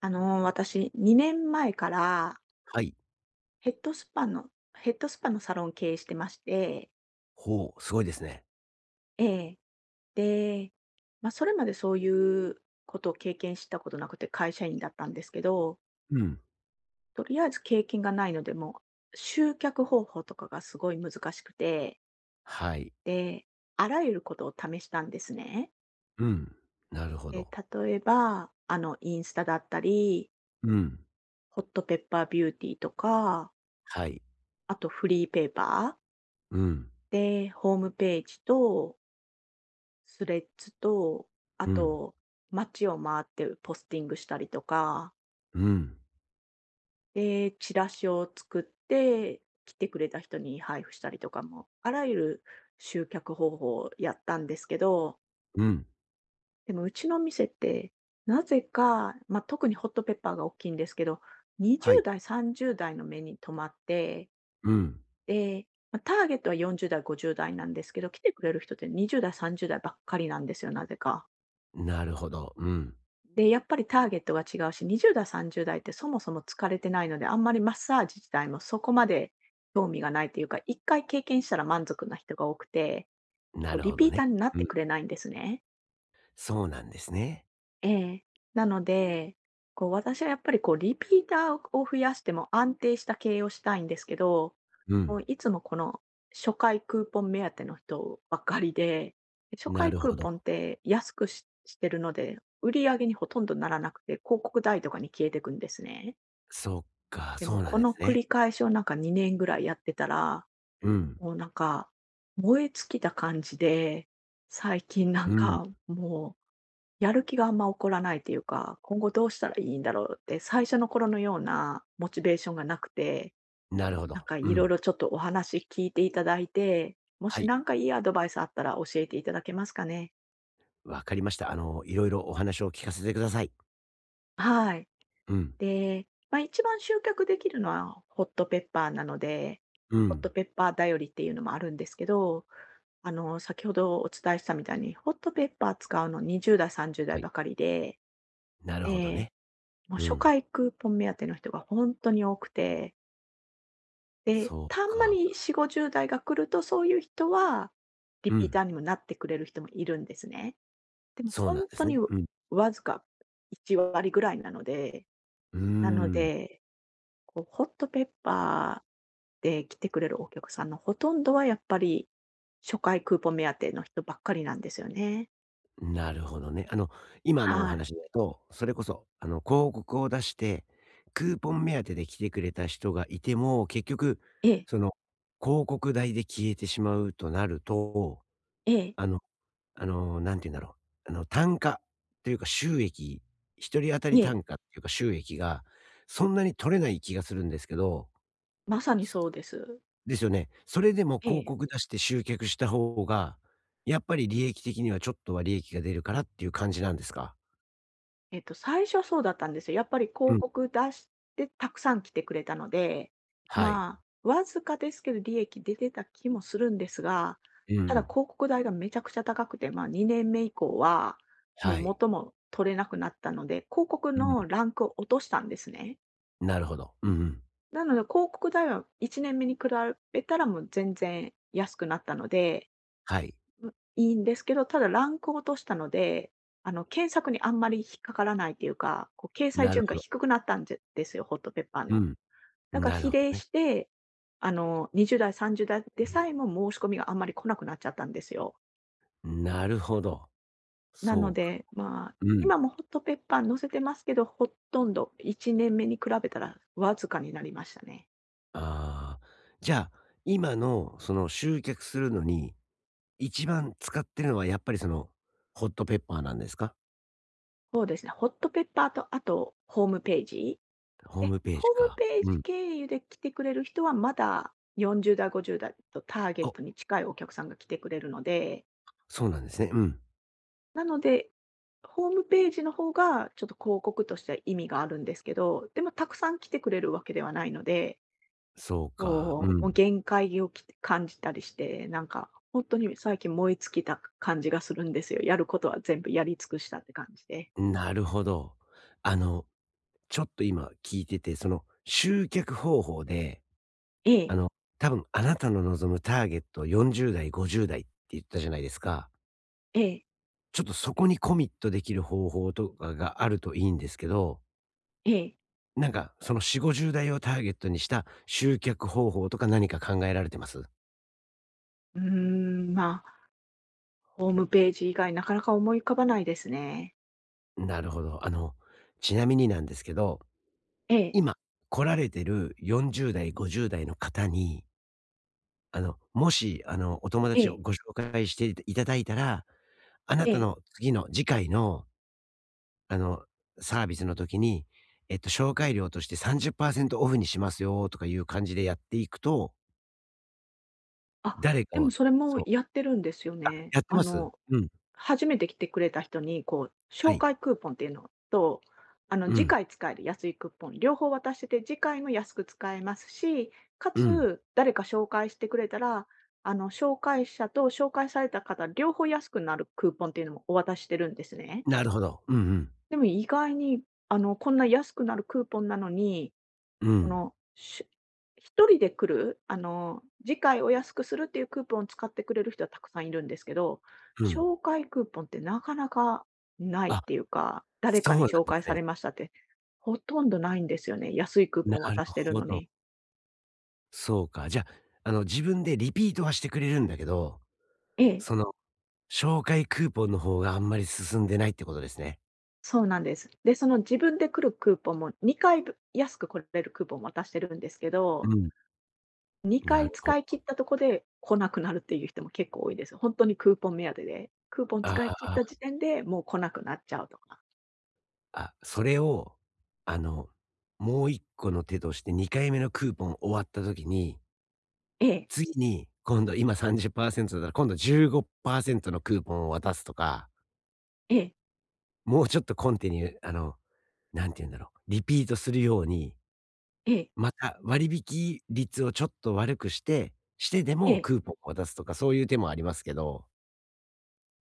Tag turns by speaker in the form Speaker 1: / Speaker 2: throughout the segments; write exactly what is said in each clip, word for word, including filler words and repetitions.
Speaker 1: あのー、私、にねんまえから
Speaker 2: はい。
Speaker 1: ヘッドスパのヘッドスパのサロンを経営してまして、
Speaker 2: ほう、すごいですね。
Speaker 1: ええ。で、まあ、それまでそういうことを経験したことなくて、会社員だったんですけど、
Speaker 2: うん。
Speaker 1: とりあえず経験がないので、もう集客方法とかがすごい難しくて、
Speaker 2: はい。
Speaker 1: で、あらゆることを試したんですね。
Speaker 2: うん。なるほ
Speaker 1: え、
Speaker 2: ど。
Speaker 1: 例えば、あの、インスタだったり、
Speaker 2: うん。
Speaker 1: ホットペッパービューティーとか、
Speaker 2: はい。
Speaker 1: あとフリーペーパー
Speaker 2: うん。
Speaker 1: で、ホームページと、スレッズと、あ
Speaker 2: うん。
Speaker 1: と、街を回ってポスティングしたりとか、
Speaker 2: うん。
Speaker 1: で、チラシを作って、来てくれた人に配布したりとかも、あらゆる集客方法をやったんですけど、
Speaker 2: うん。
Speaker 1: でもうちの店って、なぜか、まあ、特にホットペッパーが大きいんですけど、
Speaker 2: は
Speaker 1: にじゅう
Speaker 2: い。
Speaker 1: 代、さんじゅう代の目に留まって、
Speaker 2: うん。
Speaker 1: で、ま、ターゲットはよんじゅう代、ごじゅう代なんですけど、来てくれる人ってにじゅう代、さんじゅう代ばっかりなんですよ、なぜか。
Speaker 2: なるほど。うん。
Speaker 1: で、やっぱりターゲットが違うし、にじゅう代、さんじゅう代ってそもそも疲れてないので、あんまりマッサージ自体もそこまで興味がないというか、いっかい経験したら満足な人が多くて、こ
Speaker 2: な
Speaker 1: う
Speaker 2: る
Speaker 1: リ
Speaker 2: ほ
Speaker 1: ピ
Speaker 2: ど
Speaker 1: ータ
Speaker 2: ね。
Speaker 1: ーになっ
Speaker 2: う
Speaker 1: て
Speaker 2: ん。
Speaker 1: くれないんですね。
Speaker 2: そうなんですね。
Speaker 1: ええ。なので、こう私はやっぱりこうリピーターを増やしても安定した経営をしたいんですけど、
Speaker 2: う
Speaker 1: も
Speaker 2: ん。
Speaker 1: ういつもこの初回クーポン目当ての人ばっかりで、初
Speaker 2: な
Speaker 1: 回
Speaker 2: る
Speaker 1: ク
Speaker 2: ほ
Speaker 1: ー
Speaker 2: ど。
Speaker 1: ポンって安くししてるので、売り上げにほとんどならなくて、広告代とかに消えてくんですね。
Speaker 2: そっか、
Speaker 1: で
Speaker 2: そ
Speaker 1: も
Speaker 2: うなん
Speaker 1: こ
Speaker 2: で
Speaker 1: の
Speaker 2: す
Speaker 1: 繰
Speaker 2: ね。
Speaker 1: り返しをなんかにねんぐらいやってたら、
Speaker 2: うん。
Speaker 1: もうなんか燃え尽きた感じで、最近なん
Speaker 2: うん。
Speaker 1: かもうやる気があんま起こらないというか、今後どうしたらいいんだろうって、最初の頃のようなモチベーションがなくて、
Speaker 2: なるほ
Speaker 1: なん
Speaker 2: ど。
Speaker 1: か
Speaker 2: う
Speaker 1: いろい
Speaker 2: ん。
Speaker 1: ろちょっとお話聞いていただいて、も
Speaker 2: は
Speaker 1: し
Speaker 2: い。
Speaker 1: なんかいいアドバイスあったら教えていただけますかね。
Speaker 2: わかりました。あの、いろいろお話を聞かせてください。
Speaker 1: はい。
Speaker 2: うん。
Speaker 1: で、まあ一番集客できるのはホットペッパーなので、
Speaker 2: う
Speaker 1: ホット
Speaker 2: ん。
Speaker 1: ペッパーだよりっていうのもあるんですけど、あの、先ほどお伝えしたみたいに、ホットペッパー使うのにじゅう代、さんじゅう
Speaker 2: は
Speaker 1: 代
Speaker 2: い。
Speaker 1: ばかりで、
Speaker 2: なるほど
Speaker 1: で、
Speaker 2: ね。
Speaker 1: もう
Speaker 2: う
Speaker 1: 初
Speaker 2: ん。
Speaker 1: 回クーポン目当ての人が本当に多くて、で、
Speaker 2: そう
Speaker 1: たんま
Speaker 2: か。
Speaker 1: によんじゅう、ごじゅう代が来ると、そういう人はリ
Speaker 2: う
Speaker 1: ピータ
Speaker 2: ん。
Speaker 1: ーにもなってくれる人もいるんですね。でも
Speaker 2: そう
Speaker 1: ほ
Speaker 2: なん
Speaker 1: ん
Speaker 2: で
Speaker 1: と
Speaker 2: す
Speaker 1: に
Speaker 2: ね。うん。
Speaker 1: わずかいち割ぐらいなので、
Speaker 2: うー
Speaker 1: なの
Speaker 2: ん。
Speaker 1: で、こうホットペッパーで来てくれるお客さんのほとんどはやっぱり、初回クーポン目当ての人ばっかりなんですよね。
Speaker 2: なるほどね。あの、今のお
Speaker 1: はい。
Speaker 2: 話だと、それこそ、あの、広告を出して、クーポン目当てで来てくれた人がいても、結局、
Speaker 1: ええ、
Speaker 2: その、広告代で消えてしまうとなると、
Speaker 1: ええ、
Speaker 2: あの、あの、なんて言うんだろう。あの、単価というか収益、一人当た
Speaker 1: え
Speaker 2: り
Speaker 1: え、
Speaker 2: 単価っていうか収益が、そんなに取れない気がするんですけど、
Speaker 1: まさにそうです。
Speaker 2: ですよね。それでも
Speaker 1: え
Speaker 2: 広
Speaker 1: え。
Speaker 2: 告出して集客した方が、やっぱり利益的にはちょっとは利益が出るからっていう感じなんですか？
Speaker 1: えっと、最初そうだったんですよ。やっぱり
Speaker 2: う
Speaker 1: 広
Speaker 2: ん。
Speaker 1: 告出してたくさん来てくれたので、
Speaker 2: はい。
Speaker 1: まあ、わずかですけど利益出てた気もするんですが、
Speaker 2: う
Speaker 1: ただ
Speaker 2: ん。
Speaker 1: 広告代がめちゃくちゃ高くて、まあにねんめ以降は、もう
Speaker 2: はい。
Speaker 1: 元も取れなくなったので、広告
Speaker 2: うん。
Speaker 1: のランクを落としたんですね。
Speaker 2: なるほど。うんうん。
Speaker 1: なので広告代はいちねんめに比べたらもう全然安くなったので、
Speaker 2: はい。
Speaker 1: いいんですけど、ただランクを落としたので、あの、検索にあんまり引っかからないっていうか、こう掲載
Speaker 2: なる
Speaker 1: 順が
Speaker 2: ほど。
Speaker 1: 低くなったんぜですよ、ホットペッパー
Speaker 2: う
Speaker 1: の。
Speaker 2: ん。
Speaker 1: だから
Speaker 2: なる
Speaker 1: 比
Speaker 2: ほ
Speaker 1: 例
Speaker 2: どね。
Speaker 1: して、あの、にじゅう代、さんじゅう代でさえも申し込みがあんまり来なくなっちゃったんですよ。
Speaker 2: なるほど。
Speaker 1: な
Speaker 2: そ
Speaker 1: の
Speaker 2: うか。
Speaker 1: で、まあ、
Speaker 2: うん。
Speaker 1: 今もホットペッパー載せてますけど、ほとんどいちねんめに比べたらわずかになりましたね。
Speaker 2: ああ、じゃあ、今のその集客するのに、一番使ってるのはやっぱりその、ホットペッパーなんですか？
Speaker 1: そうですね、ホットペッパーとあとホームページ
Speaker 2: ホー
Speaker 1: で、
Speaker 2: ムペー
Speaker 1: ホ
Speaker 2: ジ
Speaker 1: ーム
Speaker 2: か。
Speaker 1: ペー
Speaker 2: う
Speaker 1: ジ
Speaker 2: ん。
Speaker 1: 経由で来てくれる人は、まだよんじゅう代、ごじゅう代とターゲッ
Speaker 2: あ、
Speaker 1: トに近いお客さんが来てくれるので、
Speaker 2: そうなんですね。うん。
Speaker 1: なので、ホームページの方がちょっと広告としては意味があるんですけど、でもたくさん来てくれるわけではないので、
Speaker 2: そうか。う
Speaker 1: こう、もう
Speaker 2: ん。
Speaker 1: 限界をき感じたりして、なんか本当に最近燃え尽きた感じがするんですよ。やることは全部やり尽くしたって感じで。
Speaker 2: なるほど。あの、ちょっと今聞いてて、その集客方法で
Speaker 1: ええ、
Speaker 2: あの、多分あなたの望むターゲットよんじゅう代、ごじゅう代って言ったじゃないですか。
Speaker 1: ええ、
Speaker 2: ちょっとそこにコミットできる方法とかがあるといいんですけど、
Speaker 1: ええ。
Speaker 2: なんかそのよん、ごじゅう代をターゲットにした集客方法とか何か考えられてます？
Speaker 1: うーん、まあ、ホームページ以外なかなか思い浮かばないですね。
Speaker 2: なるほど。あの、ちなみになんですけど、
Speaker 1: ええ、
Speaker 2: 今来られてるよんじゅう代、ごじゅう代の方に、あの、もしあの、お友
Speaker 1: え
Speaker 2: 達を
Speaker 1: え、
Speaker 2: ご紹介していただいたら、あな
Speaker 1: え
Speaker 2: た
Speaker 1: え。
Speaker 2: の次の次回のあの、サービスの時に、えっと、紹介料としてさんじゅっパーセントオフにしますよとかいう感じでやっていくと、
Speaker 1: あ、
Speaker 2: 誰か
Speaker 1: でも
Speaker 2: を
Speaker 1: それも
Speaker 2: そう、
Speaker 1: やってるんですよね。
Speaker 2: やって
Speaker 1: あ
Speaker 2: ます？
Speaker 1: の、
Speaker 2: うん、
Speaker 1: 初めて来てくれた人に、こう、
Speaker 2: は
Speaker 1: 紹
Speaker 2: い。
Speaker 1: 介クーポンっていうのと、あの、
Speaker 2: う
Speaker 1: 次
Speaker 2: ん、
Speaker 1: 回使える安いクーポン、両方渡してて、次回も安く使えますし、か
Speaker 2: うん。
Speaker 1: つ、誰か紹介してくれたら、あの、紹介者と紹介された方、両方安くなるクーポンっていうのもお渡ししてるんですね。
Speaker 2: なるほど。うんうん。
Speaker 1: でも意外に、あの、こんな安くなるクーポンなのに
Speaker 2: う
Speaker 1: そ
Speaker 2: ん、
Speaker 1: の、し一人で来る、あの、次回お安くするっていうクーポンを使ってくれる人はたくさんいるんですけど、
Speaker 2: うん。
Speaker 1: 紹介クーポンってなかなかないっ
Speaker 2: あ、
Speaker 1: ていうか、誰
Speaker 2: そ
Speaker 1: か
Speaker 2: うな
Speaker 1: に
Speaker 2: ん
Speaker 1: 紹
Speaker 2: で
Speaker 1: 介
Speaker 2: す
Speaker 1: さ
Speaker 2: ね。
Speaker 1: れましたって、ほとんどないんですよね。安いクー
Speaker 2: な
Speaker 1: ポン
Speaker 2: る
Speaker 1: 渡してる
Speaker 2: ほ
Speaker 1: の
Speaker 2: ど。
Speaker 1: に。
Speaker 2: そうか。じゃ、あの、自分でリピートはしてくれるんだけど、
Speaker 1: ええ、
Speaker 2: その、紹介クーポンの方があんまり進んでないってことですね。
Speaker 1: そうなんです。で、その自分で来るクーポンもにかいぶ安く来れるクーポンも渡してるんですけど
Speaker 2: うん、
Speaker 1: 2
Speaker 2: な
Speaker 1: 回
Speaker 2: るほ
Speaker 1: 使い切
Speaker 2: ど、
Speaker 1: ったとこで来なくなるっていう人も結構多いです。本当にクーポン目当てで、クーポン
Speaker 2: あ
Speaker 1: 使い切った
Speaker 2: あ。
Speaker 1: 時点で、もう来なくなっちゃうとか。
Speaker 2: あ、それを、あの、もう一個の手としてにかいめのクーポン終わった時に、
Speaker 1: ええ、
Speaker 2: 次に今度今さんじゅっパーセントだ、ら今度じゅうごパーセントのクーポンを渡すとか、
Speaker 1: ええ、
Speaker 2: もうちょっとコンティニューあの、なんて言うんだろう、リピートするように、
Speaker 1: ええ、
Speaker 2: また割引率をちょっと悪くして、してで
Speaker 1: え
Speaker 2: も
Speaker 1: え。
Speaker 2: クーポンを渡すとか、そういう手もありますけど、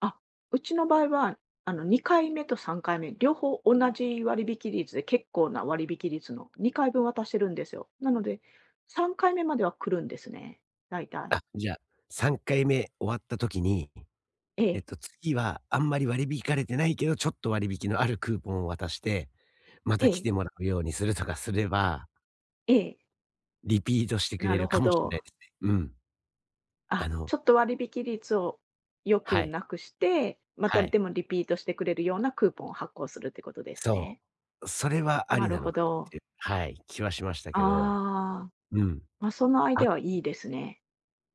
Speaker 1: あ、うちの場合は、あの、にかいめとさんかいめ、両方同じ割引率で、結構な割引率のにかいぶん渡してるんですよ。なので、さんかいめまでは来るんですね、だいたい。
Speaker 2: あ、じゃあ、さんかいめ終わった時に、
Speaker 1: え
Speaker 2: えっ
Speaker 1: え、
Speaker 2: と、次はあんまり割り引かれてないけど、ちょっと割引のあるクーポンを渡してま
Speaker 1: え
Speaker 2: た来
Speaker 1: え、
Speaker 2: てもらうようにするとかすれば、
Speaker 1: ええ。
Speaker 2: リピートしてく
Speaker 1: な
Speaker 2: れ
Speaker 1: る
Speaker 2: る
Speaker 1: ほ
Speaker 2: かもしれな
Speaker 1: ど。
Speaker 2: いですね。うん。あ
Speaker 1: あ、ち
Speaker 2: の
Speaker 1: ょっと割引率を良
Speaker 2: は
Speaker 1: く
Speaker 2: い、
Speaker 1: なくして、また
Speaker 2: は
Speaker 1: で
Speaker 2: い。
Speaker 1: もリピートしてくれるようなクーポンを発行するってことです
Speaker 2: そ
Speaker 1: ね。
Speaker 2: う。それはあ
Speaker 1: な
Speaker 2: り
Speaker 1: る
Speaker 2: な
Speaker 1: ほ
Speaker 2: のかなっ
Speaker 1: ど。
Speaker 2: ていう、はい、気はしました
Speaker 1: あ
Speaker 2: けど。
Speaker 1: あ、
Speaker 2: うん。
Speaker 1: まあ、そのアイ
Speaker 2: あ、
Speaker 1: デアはいいですね。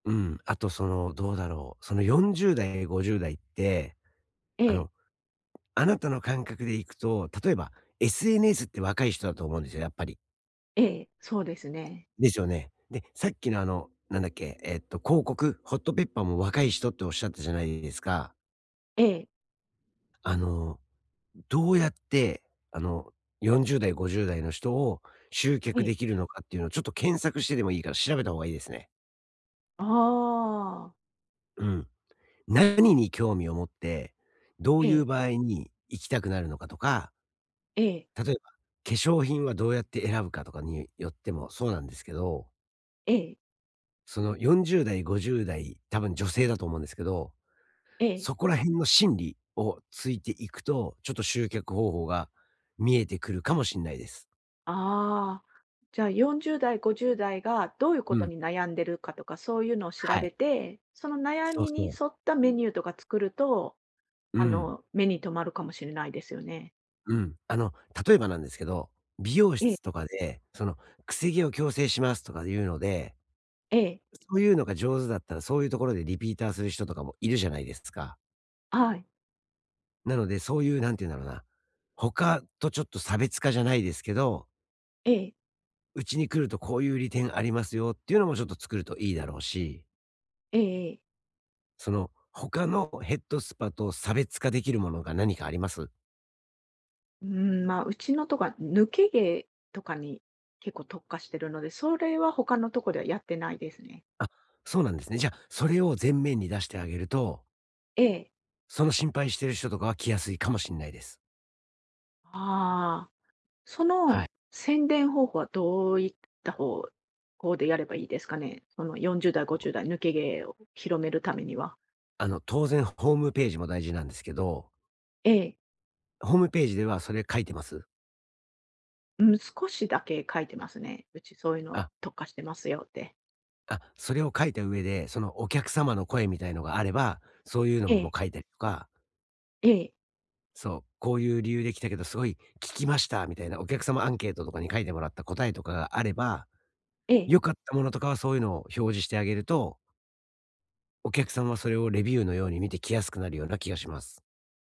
Speaker 2: うん、あとその、どうだろう、そのよんじゅう代、ごじゅう代って、
Speaker 1: え
Speaker 2: あ
Speaker 1: え、
Speaker 2: の、あなたの感覚でいくと、例えば エスエヌエス って若い人だと思うんですよ、やっぱり。
Speaker 1: ええ、そうですね。
Speaker 2: ですよね。で、さっきのあの、なんだっけ、えっと、広告、ホットペッパーも若い人っておっしゃったじゃないですか。
Speaker 1: ええ、
Speaker 2: あの、どうやって、あの、よんじゅう代、ごじゅう代の人を集
Speaker 1: え
Speaker 2: 客
Speaker 1: え、
Speaker 2: できるのかっていうのをちょっと検索してでもいいから調べた方がいいですね。
Speaker 1: ああ、
Speaker 2: うん。何に興味を持って、ど
Speaker 1: え
Speaker 2: ういう
Speaker 1: え、
Speaker 2: 場合に行きたくなるのかとか、
Speaker 1: ええ、
Speaker 2: 例えば、化粧品はどうやって選ぶかとかによってもそうなんですけど、
Speaker 1: ええ、
Speaker 2: そのよんじゅう代、ごじゅう代、多分女性だと思うんですけど、
Speaker 1: ええ、
Speaker 2: そこら辺の心理をついていくと、ちょっと集客方法が見えてくるかもしんないです。
Speaker 1: ああ、じゃあよんじゅう代、ごじゅう代がどういうこ
Speaker 2: う
Speaker 1: と
Speaker 2: ん、
Speaker 1: に悩んでるかとか、そういうのを調
Speaker 2: は
Speaker 1: べ
Speaker 2: い。
Speaker 1: て、その悩
Speaker 2: そう
Speaker 1: み
Speaker 2: そ
Speaker 1: に沿
Speaker 2: う。
Speaker 1: ったメニューとか作ると
Speaker 2: う
Speaker 1: あ
Speaker 2: ん。
Speaker 1: の、目に留まるかもしれないですよね。
Speaker 2: うん。あの、例えばなんですけど、美容
Speaker 1: ええ、
Speaker 2: 室とかで、その、くせ毛を矯正しますとかいうので、
Speaker 1: ええ、
Speaker 2: そういうのが上手だったら、そういうところでリピーターする人とかもいるじゃないですか。
Speaker 1: はい、
Speaker 2: なので、そういう、なんて言うんだろうな、他とちょっと差別化じゃないですけど、
Speaker 1: ええ、
Speaker 2: うちに来るとこういう利点ありますよっていうのもちょっと作るといいだろうし、
Speaker 1: ええええ。
Speaker 2: その、他のヘッドスパと差別化できるものが何かあります？
Speaker 1: うん、まあ、うちのとか、抜け毛とかに結構特化してるので、それは他のとこではやってないですね。
Speaker 2: あ、そうなんですね。じゃあ、それを前面に出してあげると
Speaker 1: ええ。
Speaker 2: その心配してる人とかは来やすいかもしんないです。
Speaker 1: ああ、そ
Speaker 2: は
Speaker 1: の
Speaker 2: い。
Speaker 1: 宣伝方法はどういった方法でやればいいですかね？そのよんじゅう代、ごじゅう代、抜け毛を広めるためには。
Speaker 2: あの、当然ホームページも大事なんですけど、
Speaker 1: ええ、
Speaker 2: ホームページではそれ書いてます？
Speaker 1: うん、少しだけ書いてますね。うちそういうの
Speaker 2: あ、
Speaker 1: 特化してますよって。
Speaker 2: あ、それを書いた上で、そのお客様の声みたいのがあれば、そういうの
Speaker 1: え
Speaker 2: も
Speaker 1: え、
Speaker 2: 書いたりとか、
Speaker 1: ええ、
Speaker 2: そう、こういう理由で来たけど、すごい聞きましたみたいなお客様アンケートとかに書いてもらった答えとかがあれば、
Speaker 1: ええ。
Speaker 2: 良かったものとかはそういうのを表示してあげると、お客さんはそれをレビューのように見て来やすくなるような気がします。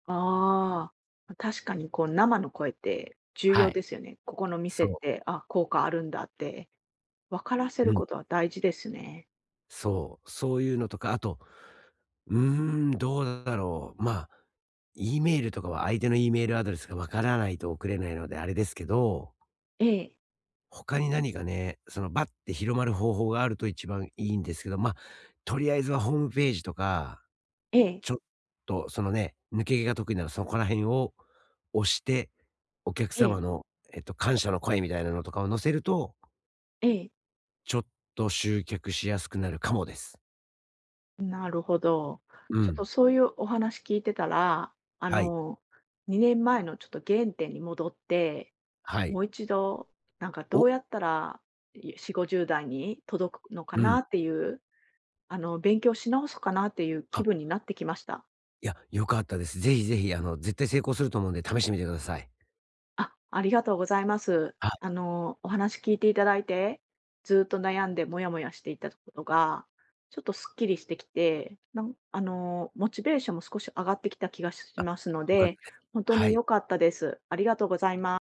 Speaker 1: ああ、確かにこう生の声って重
Speaker 2: は
Speaker 1: 要で
Speaker 2: い。
Speaker 1: すよね。ここの店っ
Speaker 2: そ
Speaker 1: て、あ、効果あるんだって分からせ
Speaker 2: う。
Speaker 1: る
Speaker 2: うん。
Speaker 1: ことは大事ですね。
Speaker 2: そう、そういうのとか、あと、うーん、どうだろう。まあ、E メールとかは相手の E メールアドレスがわからないと送れないのであれですけど、
Speaker 1: ええ、
Speaker 2: 他に何かね、そのバッて広まる方法があると一番いいんですけど、まあ、とりあえずはホームページとか、
Speaker 1: ええ、
Speaker 2: ちょっとそのね、抜け毛が得意ならそこら辺を押して、お客
Speaker 1: ええ、
Speaker 2: 様の、えっと、感謝の声みたいなのとかを載せると、
Speaker 1: ええ。
Speaker 2: ちょっと集客しやすくなるかもです。
Speaker 1: なるほど。
Speaker 2: う
Speaker 1: ちょっと
Speaker 2: ん。
Speaker 1: そういうお話聞いてたら、あ
Speaker 2: はい。
Speaker 1: の、にねんまえのちょっと原点に戻って、
Speaker 2: はい。
Speaker 1: もう一度、なんかど
Speaker 2: お、
Speaker 1: うやったらよん、ごじゅう代に届くのか
Speaker 2: うん。
Speaker 1: なっていう、あの、勉強し直そうかなっていう気分になってきました。
Speaker 2: いや、良かったです。ぜひぜひ、あの、絶対成功すると思うんで試してみてください。
Speaker 1: あ、ありがとうございます。
Speaker 2: はい。
Speaker 1: あの、お話聞いていただいて、ずーっと悩んでモヤモヤしていたことが、ちょっとすっきりしてきて、なんあの、モチベーションも少し上がってきた気がし
Speaker 2: あ、
Speaker 1: ますの
Speaker 2: 良かった
Speaker 1: で、
Speaker 2: です。
Speaker 1: 本当
Speaker 2: は
Speaker 1: に
Speaker 2: い。
Speaker 1: 良かったです。ありがとうございます。